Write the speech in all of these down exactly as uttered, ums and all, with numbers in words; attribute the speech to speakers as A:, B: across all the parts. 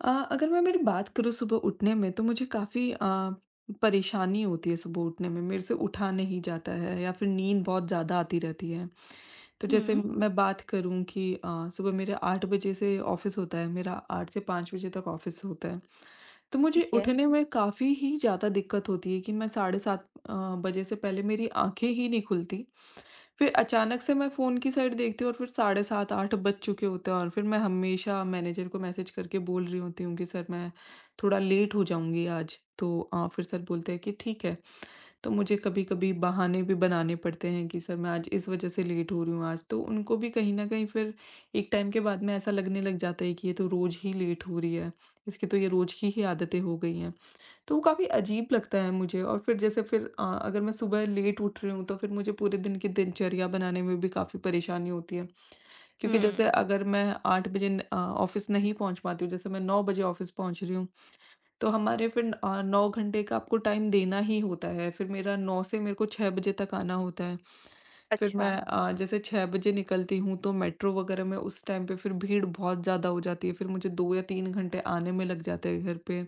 A: अ, अगर मैं मेरी बात करूँ सुबह उठने में तो मुझे काफ़ी अ, परेशानी होती है सुबह उठने में। मेरे से उठा नहीं जाता है या फिर नींद बहुत ज़्यादा आती रहती है। तो जैसे
B: हुँ,
A: मैं बात करूँ कि अ, सुबह मेरे आठ बजे से ऑफ़िस होता है, मेरा आठ से पाँच बजे तक ऑफ़िस होता है। तो मुझे
B: ठीक है।
A: उठने में काफ़ी ही ज़्यादा दिक्कत होती है कि मैं साढ़े सात अ, बजे से पहले मेरी आँखें ही नहीं खुलती। फिर अचानक से मैं फ़ोन की साइड देखती हूँ और फिर साढ़े सात आठ बज चुके होते हैं, और फिर मैं हमेशा मैनेजर को मैसेज करके बोल रही होती हूँ कि सर मैं थोड़ा लेट हो जाऊँगी आज। तो अ, फिर सर बोलते हैं कि ठीक है। तो मुझे कभी-कभी बहाने भी बनाने पड़ते हैं कि सर मैं आज इस वज़ह से लेट हो रही हूँ आज। तो उनको भी कहीं न कहीं फिर एक टाइम के बाद में ऐसा लगने लग जाता है कि ये तो रोज़ ही लेट हो रही है। इसकी तो ये रोज़ की ही आदतें हो गई हैं। तो वो काफ़ी अजीब लगता है मुझे, और फिर जैसे फिर अ, अगर मैं सुबह लेट उठ रही हूँ तो फिर मुझे पूरे दिन की दिनचर्या बनाने में भी काफ़ी परेशानी होती है, क्योंकि
B: हुँ,
A: जैसे अगर मैं आठ बजे न- अ, ऑफिस नहीं पहुँच पाती हूँ, जैसे मैं नौ बजे ऑफिस पहुँच रही हूँ, तो हमारे फिर अ, नौ घंटे का आपको टाइम देना ही होता है, फिर मेरा नौ से मेरे को छः बजे तक आना होता है। फिर
B: अच्छा।
A: मैं अ, जैसे छः बजे निकलती हूँ तो मेट्रो वगैरह में उस टाइम पे फिर भीड़ बहुत ज़्यादा हो जाती है, फिर मुझे दो या तीन घंटे आने में लग जाते हैं घर पे।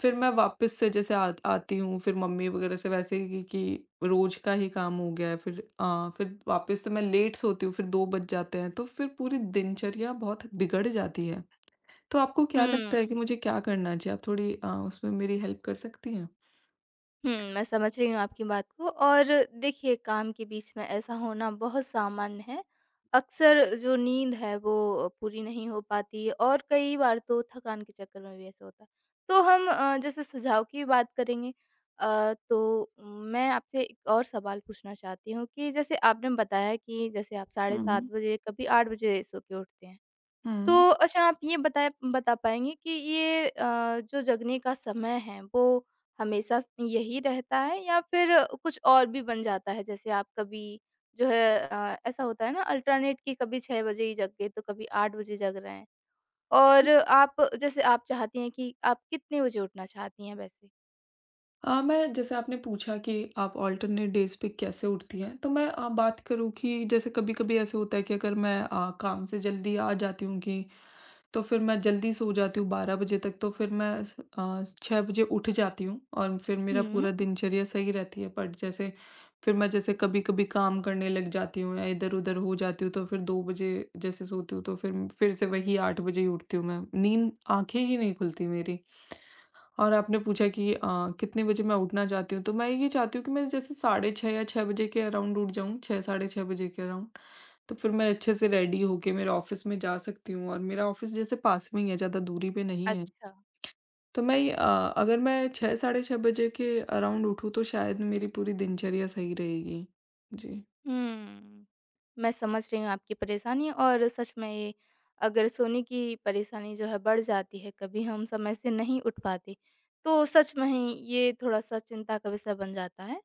A: फिर मैं वापस से जैसे आ, आती हूँ, फिर मम्मी वगैरह से वैसे ही कि, कि रोज का ही काम हो गया है। फिर आ, फिर वापस से मैं लेट सोती हूँ, फिर दो बज जाते हैं, तो फिर पूरी दिनचर्या बहुत बिगड़ जाती है। तो आपको क्या
B: हुँ,
A: लगता है कि मुझे क्या करना चाहिए? आप थोड़ी आ, उसमें मेरी हेल्प कर सकती हैं?
B: हुँ, मैं समझ रही हूँ आपकी बात को। और देखिए, काम के बीच में ऐसा होना बहुत सामान्य है। अक्सर जो नींद है वो पूरी नहीं हो पाती, और कई बार तो थकान के चक्कर में भी ऐसा होता है। तो हम अ, जैसे सुझाव की बात करेंगे। अ, तो मैं आपसे एक और सवाल पूछना चाहती हूँ कि जैसे आपने बताया कि जैसे आप साढ़े सात
A: हम्म।
B: बजे, कभी आठ बजे सो के उठते हैं। तो
A: हम्म।
B: अच्छा, आप ये बताएँ बता पाएँगे कि ये अ, जो जगने का समय है वो हमेशा स यही रहता है, या फिर कुछ और भी बन जाता है? जैसे आप कभी जो है, अ, ऐसा होता है ना अल्टरनेट, कि कभी छह बजे ही जग गए तो कभी आठ बजे जग रहे हैं। और आप, जैसे आप चाहती हैं कि आप कितने बजे उठना चाहती हैं वैसे?
A: आ, मैं, जैसे आपने पूछा कि आप ऑल्टरनेट डेज पे कैसे उठती हैं, तो मैं आ, बात करूँ कि जैसे कभी कभी ऐसे होता है कि अगर मैं आ, काम से जल्दी आ जाती हूँ कि तो फिर मैं जल्दी सो जाती हूँ बारह बजे तक, तो फिर मैं अ, छः बजे उठ जाती हूँ और फिर मेरा
B: हुँ।
A: पूरा दिनचर्या सही रहती है, बट जैसे फिर मैं, जैसे कभी-कभी काम करने लग जाती हूँ या इधर-उधर हो जाती हूँ, तो फिर दो बजे जैसे सोती हूँ तो फिर फिर से वही आठ बजे ही उठती हूँ मैं। नींद आँखें ही नहीं खुलती मेरी। और आपने पूछा कि अ, कितने बजे मैं उठना चाहती हूँ, तो मैं ये चाहती हूँ कि मैं जैसे साढ़े छः या छः बजे के अराउंड उठ जाऊँ, छः साढ़े छः बजे के अराउंड। तो फिर मैं अच्छे से रेडी होके मेरे ऑफिस में जा सकती हूँ, और मेरा ऑफिस जैसे पास में ही है, ज़्यादा दूरी पे नहीं है।
B: अच्छा।
A: तो मैं ये अ, अगर मैं छः साढ़े छः बजे के अराउंड उठूँ तो शायद मेरी पूरी दिनचर्या सही रहेगी। जी।
B: हुँ। मैं समझ रही हूँ आपकी परेशानी। और सच में ये, अगर सोने की परेशानी जो है बढ़ जाती है, कभी हम समय से नहीं उठ पाते, तो सच में ही ये थोड़ा-सा चिंता का विषय बन जाता है।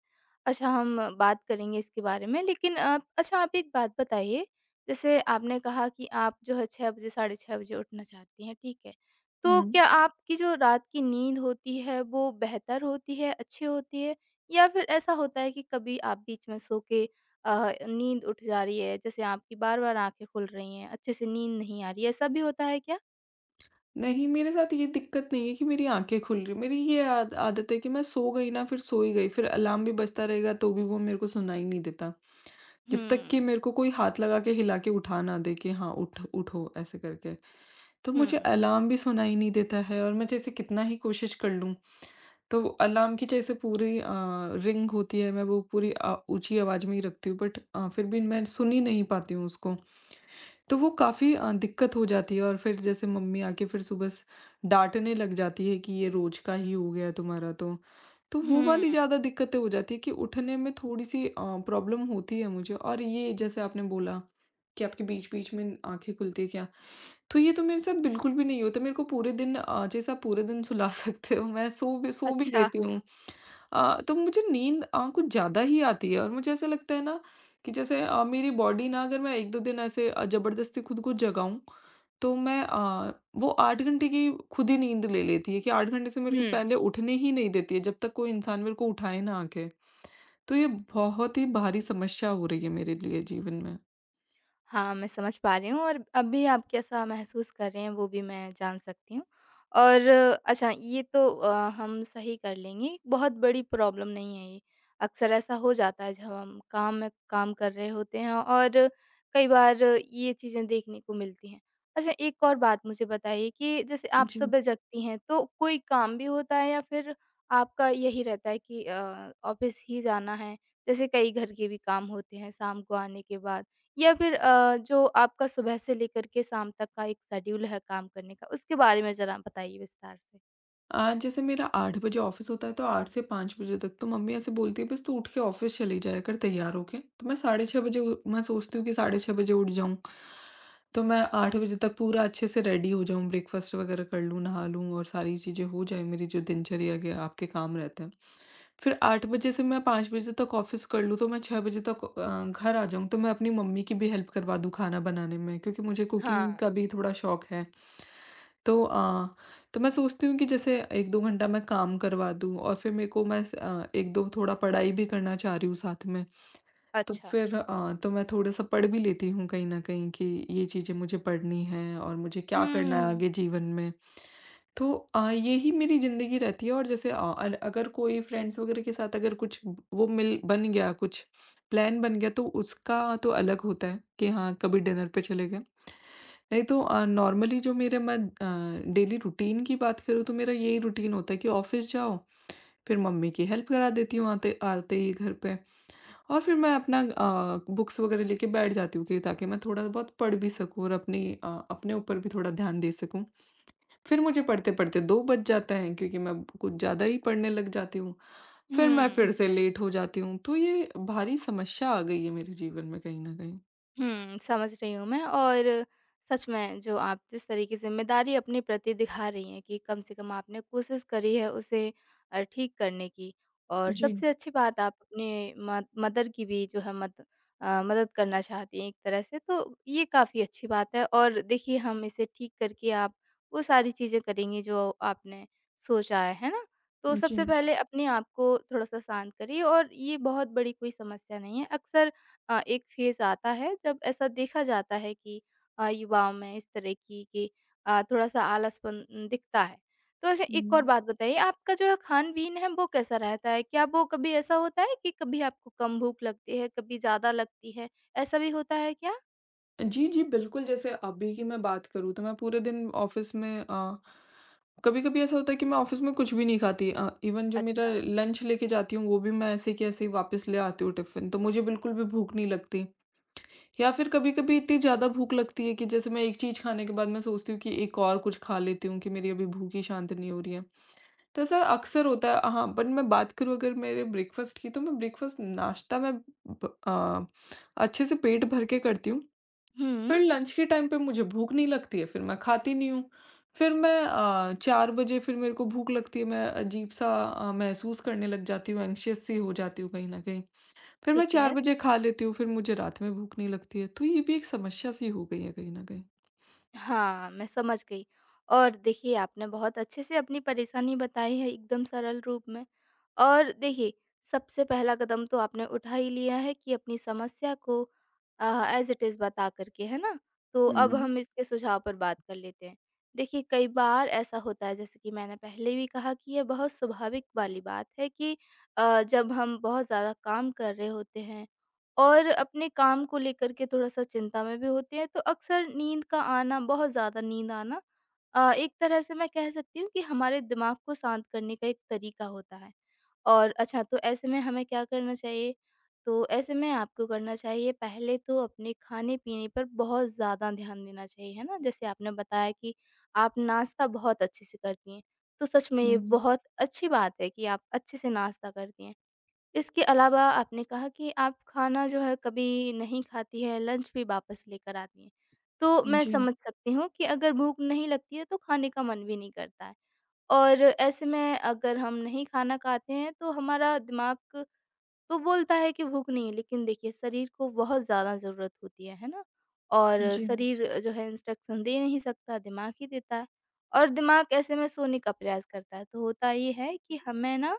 B: अच्छा, हम बात करेंगे इसके बारे में, लेकिन अ, अच्छा आप एक बात बताइए, जैसे आपने कहा कि आप जो है छह बजे, साढ़े छह बजे उठना चाहती हैं, ठीक है। तो
A: हुँ।
B: क्या आपकी जो रात की नींद होती है, वो बेहतर होती है, अच्छी होती है? या फिर ऐसा होता है कि कभी आप बीच में सो के अ, नींद उठ जा रही है, जैसे आपकी बार-बार आँखें खुल रही हैं, अच्छे से नींद नहीं आ रही है, ऐसा भी होता है क्या?
A: नहीं, मेरे साथ ये दिक्कत नहीं है कि मेरी आँखें खुल रही हैं। मेरी ये आद आदत है कि मैं सो गई ना फिर सो ही गई, फिर अलार्म भी बजता रहेगा तो भी वो मेरे को सुनाई नहीं देता। जब तक कि
B: हुँ,
A: मेरे को कोई हाथ लगा के हिला के उठा ना दे कि हाँ, उठ उठो ऐसे करके। तो
B: हुँ,
A: मुझे अलार्म भी सुनाई नहीं देता है, और मैं जैसे कितना ही कोशिश कर लूँ, तो वो अलार्म की जैसे पूरी अ, रिंग होती है, मैं वो पूरी अ, ऊँची आवाज़ में ही रखती हूँ, बट अ, फिर भी मैं सुन ही नहीं पाती हूँ उसको। तो वो काफ़ी अ, दिक्कत हो जाती है, और फिर जैसे मम्मी आके फिर सुबह स डाँटने लग जाती है कि ये रोज़ का ही हो गया है तुम्हारा तो। तो वो
B: हुँ।
A: वाली ज़्यादा दिक्कतें हो जाती है कि उठने में थोड़ी-सी अ, प्रॉब्लम होती है मुझे। और ये, जैसे आपने बोला कि आपके बीच-बीच में आँखें खुलती है क्या? तो ये तो मेरे साथ बिल्कुल भी नहीं होता। मेरे को पूरे दिन अ, जैसे आप पूरे दिन सुला सकते हो, मैं सो भी सो भी
B: अच्छा।
A: लेती हूँ। अ, तो मुझे नींद अ, कुछ ज़्यादा ही आती है, और मुझे ऐसा लगता है ना कि जैसे अ, मेरी बॉडी ना, अगर मैं एक दो दिन ऐसे अ, ज़बरदस्ती खुद को जगाऊँ, तो मैं अ, वो आठ घंटे की खुद ही नींद ले लेती है कि आठ घंटे से मेरे को
B: हुँ।
A: पहले उठने ही नहीं देती है, जब तक कोई इंसान मेरे को उठाए ना आके। तो ये बहुत ही भारी समस्या हो रही है मेरे लिए जीवन में।
B: हाँ, मैं समझ पा रही हूँ, और अभी आप कैसा महसूस कर रहे हैं वो भी मैं जान सकती हूँ। और अच्छा, ये तो अ, हम सही कर लेंगे, बहुत बड़ी प्रॉब्लम नहीं है ये। अक्सर ऐसा हो जाता है जब हम काम में काम कर रहे होते हैं, और कई बार ये चीज़ें देखने को मिलती हैं। अच्छा, एक और बात मुझे बताइए कि जैसे आप
A: जी।
B: सुबह जगती हैं तो कोई काम भी होता है, या फिर आपका यही रहता है कि अ, ऑफ़िस ही जाना है? जैसे कई घर के भी काम होते हैं शाम को आने के बाद। या फिर अ, जो आपका सुबह से लेकर के शाम तक का एक शेड्यूल है काम करने का, उसके बारे में ज़रा बताइए विस्तार से?
A: अ, जैसे मेरा आठ बजे ऑफ़िस होता है तो आठ से पाँच बजे तक, तो मम्मी ऐसे बोलती है बस तू उठ के ऑफ़िस चली जाया कर तैयार होके। तो मैं साढ़े छः बजे उ मैं सोचती हूँ कि साढ़े छः बजे उठ जाऊँ। तो मैं आठ बजे तक पूरा अच्छे से रेडी हो जाऊँ, ब्रेकफ़ास्ट वग़ैरह कर लूँ, नहा लूँ, और सारी चीज़ें हो जाएँ मेरी, जो दिनचर्या के आपके काम रहते हैं। फिर आठ बजे से मैं पाँच बजे तक ऑफ़िस कर लूँ, तो मैं छः बजे तक अ, घर आ जाऊँ, तो मैं अपनी मम्मी की भी हेल्प करवा दूँ खाना बनाने में, क्योंकि मुझे कुकिंग
B: हाँ,
A: का भी थोड़ा शौक है। तो अ, तो मैं सोचती हूँ कि जैसे एक दो घंटा मैं काम करवा दूँ, और फिर मेरे को मैं अ, एक दो थोड़ा पढ़ाई भी करना चाह रही हूँ साथ में। तो
B: अच्छा।
A: फिर अ, तो मैं थोड़ा-सा पढ़ भी लेती हूँ कहीं न कहीं कि ये चीज़ें मुझे पढ़नी हैं और मुझे क्या करना है
B: हुँ,
A: आगे जीवन में। तो अ, यही मेरी ज़िंदगी रहती है, और जैसे अ, अल अगर कोई फ्रेंड्स वगैरह के साथ अगर कुछ ब- वो मिल बन गया, कुछ प्लान बन गया, तो उसका तो अलग होता है कि हाँ, कभी डिनर पे चले गए। नहीं तो अ, नॉर्मली, जो मेरे मैं अ, डेली रूटीन की बात करूँ, तो मेरा यही रूटीन होता है कि ऑफिस जाओ, फिर मम्मी की हेल्प करा देती हूँ आते आते ही घर पे, और फिर मैं अपना अ, बुक्स वगैरह लेके बैठ जाती हूँ कि ताकि मैं थोड़ा बहुत पढ़ भी सकूँ और अपनी अ, अपने ऊपर भी थोड़ा ध्यान दे सकूँ। फिर मुझे पढ़ते-पढ़ते दो बज जाते हैं, क्योंकि मैं कुछ ज़्यादा ही पढ़ने लग जाती हूँ। फिर मैं
B: हुँ।
A: फिर से लेट हो जाती हूँ, तो ये भारी समस्या आ गई है मेरे जीवन में कहीं न कहीं।
B: हुँ, समझ रही हूँ मैं। और सच में, जो आप जिस तरह की ज़िम्मेदारी अपने प्रति दिखा रही हैं कि कम से कम आपने कोशिश करी है उसे अ, ठीक करने की, और
A: जी।
B: सबसे अच्छी बात, आप अपने म मदर की भी जो है मद अ, मदद करना चाहती हैं एक तरह से, तो ये काफ़ी अच्छी बात है। और देखिए, हम इसे ठीक करके आप वो सारी चीज़ें करेंगी जो आपने सोचा है, है ना? तो
A: जी।
B: सबसे पहले अपने आप को थोड़ा-सा शांत करिए, और ये बहुत बड़ी कोई समस्या नहीं है। अक्सर अ, एक फेज़ आता है जब ऐसा देखा जाता है कि अ, युवाओं में इस तरह की कि अ, थोड़ा-सा आलसपन उम, दिखता है। तो अच्छा, एक और
A: हुँ।
B: बात बताइए, आपका जो है खान-पीन है वो कैसा रहता है? क्या वो कभी ऐसा होता है कि कभी आपको कम भूख लगती है, कभी ज़्यादा लगती है, ऐसा भी होता है क्या?
A: जी, जी, बिल्कुल, जैसे अभी की मैं बात करूँ, तो मैं पूरे दिन ऑफ़िस में अ, कभी-कभी ऐसा होता है कि मैं ऑफ़िस में कुछ भी नहीं खाती, अ, इवन जो मेरा
B: अच्छा।
A: लंच लेके जाती हूँ वो भी मैं ऐसे के ऐसे ही वापस ले आती हूँ टिफ़िन, तो मुझे बिल्कुल भी भूख नहीं लगती। या फिर कभी-कभी इतनी ज़्यादा भूख लगती है कि जैसे मैं एक चीज़ खाने के बाद मैं सोचती हूँ कि एक और कुछ खा लेती हूँ कि मेरी अभी भूख ही शांत नहीं हो रही है। तो ऐसा अक्सर होता है हाँ, बट मैं बात करूँ अगर मेरे ब्रेकफ़ास्ट की, तो मैं ब्रेकफ़ास्ट नाश्ता मैं ब अ, अच्छे से पेट भर के करती हूँ।
B: हुँ,
A: फिर लंच के टाइम पे मुझे भूख नहीं लगती है, फिर मैं खाती नहीं हूँ। फिर मैं अ, चार बजे फिर मेरे को भूख लगती है, मैं अजीब-सा अ, महसूस करने लग जाती हूँ, एंग्ज़ियस सी हो जाती हूँ कहीं न कहीं। फिर मैं
B: ठीक
A: चार
B: है।
A: बजे खा लेती हूँ, फिर मुझे रात में भूख नहीं लगती है। तो ये भी एक समस्या सी हो गई है कहीं न कहीं।
B: हाँ, मैं समझ गई। और देखिए, आपने बहुत अच्छे से अपनी परेशानी बताई है, एकदम सरल रूप में। और देखिए, सबसे पहला कदम तो आपने उठा ही लिया है कि अपनी समस्या को अ, ऐज़ इट इज़ बता कर के, है ना? तो अब
A: हुँ,
B: हम इसके सुझाव पर बात कर लेते हैं। देखिए, कई बार ऐसा होता है, जैसे कि मैंने पहले भी कहा कि ये बहुत स्वाभाविक वाली बात है कि अ, जब हम बहुत ज़्यादा काम कर रहे होते हैं और अपने काम को लेकर के थोड़ा-सा चिंता में भी होते हैं, तो अक्सर नींद का आना, बहुत ज़्यादा नींद आना अ, एक तरह से मैं कह सकती हूँ कि हमारे दिमाग को शांत करने का एक तरीका होता है। और अच्छा, तो ऐसे में हमें क्या करना चाहिए? तो ऐसे में आपको करना चाहिए, पहले तो अपने खाने-पीने पर बहुत ज़्यादा ध्यान देना चाहिए, है ना? जैसे आपने बताया कि आप नाश्ता बहुत अच्छे से करती हैं, तो सच में ये
A: हुँ।
B: बहुत अच्छी बात है कि आप अच्छे से नाश्ता करती हैं। इसके अलावा आपने कहा कि आप खाना जो है कभी नहीं खाती हैं, लंच भी वापस लेकर आती हैं। तो मैं
A: जी,
B: समझ सकती हूँ कि अगर भूख नहीं लगती है तो खाने का मन भी नहीं करता है, और ऐसे में अगर हम नहीं खाना खाते हैं तो हमारा दिमाग तो बोलता है कि भूख नहीं है, लेकिन देखिए, शरीर को बहुत ज़्यादा ज़रूरत होती है, है ना? और
A: जी,
B: शरीर जो है इंस्ट्रक्शन दे नहीं सकता, दिमाग ही देता है, और दिमाग ऐसे में सोने का प्रयास करता है। तो होता ये है कि हमें ना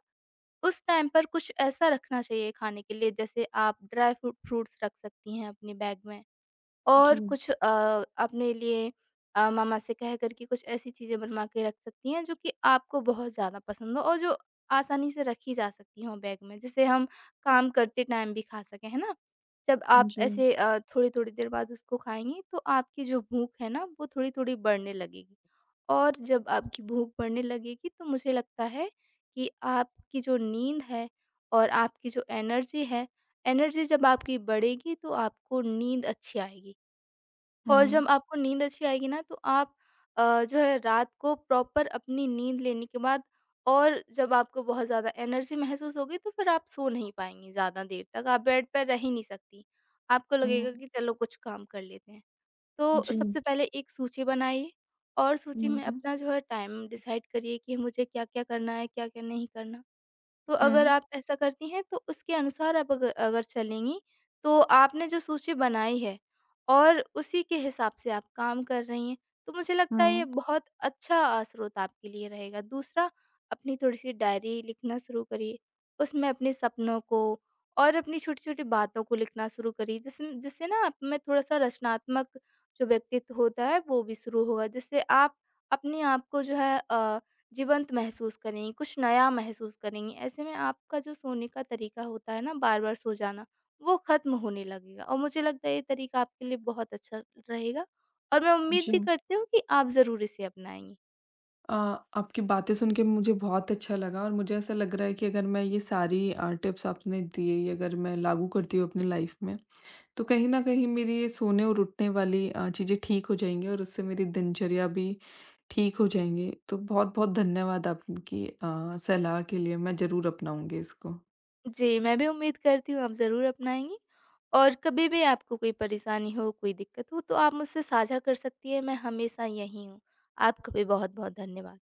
B: उस टाइम पर कुछ ऐसा रखना चाहिए खाने के लिए, जैसे आप ड्राई फ्रूट फ्रूट्स रख सकती हैं अपने बैग में,
A: जी,
B: और कुछ अ, अपने लिए अ, मामा से कह कर के कुछ ऐसी चीज़ें बनवा के रख सकती हैं जो कि आपको बहुत ज़्यादा पसंद हो और जो आसानी से रखी जा सकती हों बैग में, जिसे हम काम करते टाइम भी खा सकें, है ना? जब आप
A: जी।
B: ऐसे अ, थोड़ी-थोड़ी देर बाद उसको खाएँगी तो आपकी जो भूख है ना वो थोड़ी-थोड़ी बढ़ने लगेगी। और जब आपकी भूख बढ़ने लगेगी तो मुझे लगता है कि आपकी जो नींद है और आपकी जो एनर्जी है, एनर्जी जब आपकी बढ़ेगी तो आपको नींद अच्छी आएगी। और
A: हुँ,
B: जब आपको नींद अच्छी आएगी ना तो आप अ, जो है रात को प्रॉपर अपनी नींद लेने के बाद, और जब आपको बहुत ज़्यादा एनर्जी महसूस होगी, तो फिर आप सो नहीं पाएँगी ज़्यादा देर तक, आप बेड पर रह ही नहीं सकती। आपको लगेगा
A: हुँ।
B: कि चलो कुछ काम कर लेते हैं। तो
A: जी।
B: सबसे पहले एक सूची बनाइए, और सूची में
A: हुँ,
B: अपना जो है टाइम डिसाइड करिए कि मुझे क्या-क्या करना है, क्या-क्या नहीं करना। तो अगर
A: हुँ,
B: आप ऐसा करती हैं तो उसके अनुसार आप अग अगर चलेंगी, तो आपने जो सूची बनाई है और उसी के हिसाब से आप काम कर रही हैं, तो मुझे लगता है ये
A: हुँ।
B: बहुत अच्छा अ, स्रोत आपके लिए रहेगा। दूसरा, अपनी थोड़ी-सी डायरी लिखना शुरू करिए, उसमें अपने सपनों को और अपनी छोटी-छोटी बातों को लिखना शुरू करिए, जिसम जिससे ना आप में थोड़ा-सा रचनात्मक जो व्यक्तित्व होता है, वो भी शुरू होगा, जिससे आप अपने आप को जो है अ जीवंत महसूस करेंगी, कुछ नया महसूस करेंगी। ऐसे में आपका जो सोने का तरीका होता है ना बार-बार सो जाना, वो ख़त्म होने लगेगा, और मुझे लगता है ये तरीका आपके लिए बहुत अच्छा रहेगा, और मैं उम्मीद
A: जी।
B: भी करती हूँ कि आप ज़रूर इसे अपनाएँगी।
A: अ, आपकी बातें सुन के मुझे बहुत अच्छा लगा, और मुझे ऐसा लग रहा है कि अगर मैं ये सारी अ, टिप्स आपने दिए, ये अगर मैं लागू करती हूँ अपनी लाइफ में, तो कहीं न कहीं मेरी ये सोने और उठने वाली अ, चीज़ें ठीक हो जाएँगी, और उससे मेरी दिनचर्या भी ठीक हो जाएँगी। तो बहुत-बहुत धन्यवाद आपकी अ, सलाह के लिए, मैं ज़रूर अपनाऊँगी इसको।
B: जी, मैं भी उम्मीद करती हूँ आप ज़रूर अपनाएँगी, और कभी भी आपको कोई परेशानी हो, कोई दिक्कत हो तो आप मुझसे साझा कर सकती हैं, मैं हमेशा यहीं हूँ। आपका भी बहुत-बहुत धन्यवाद।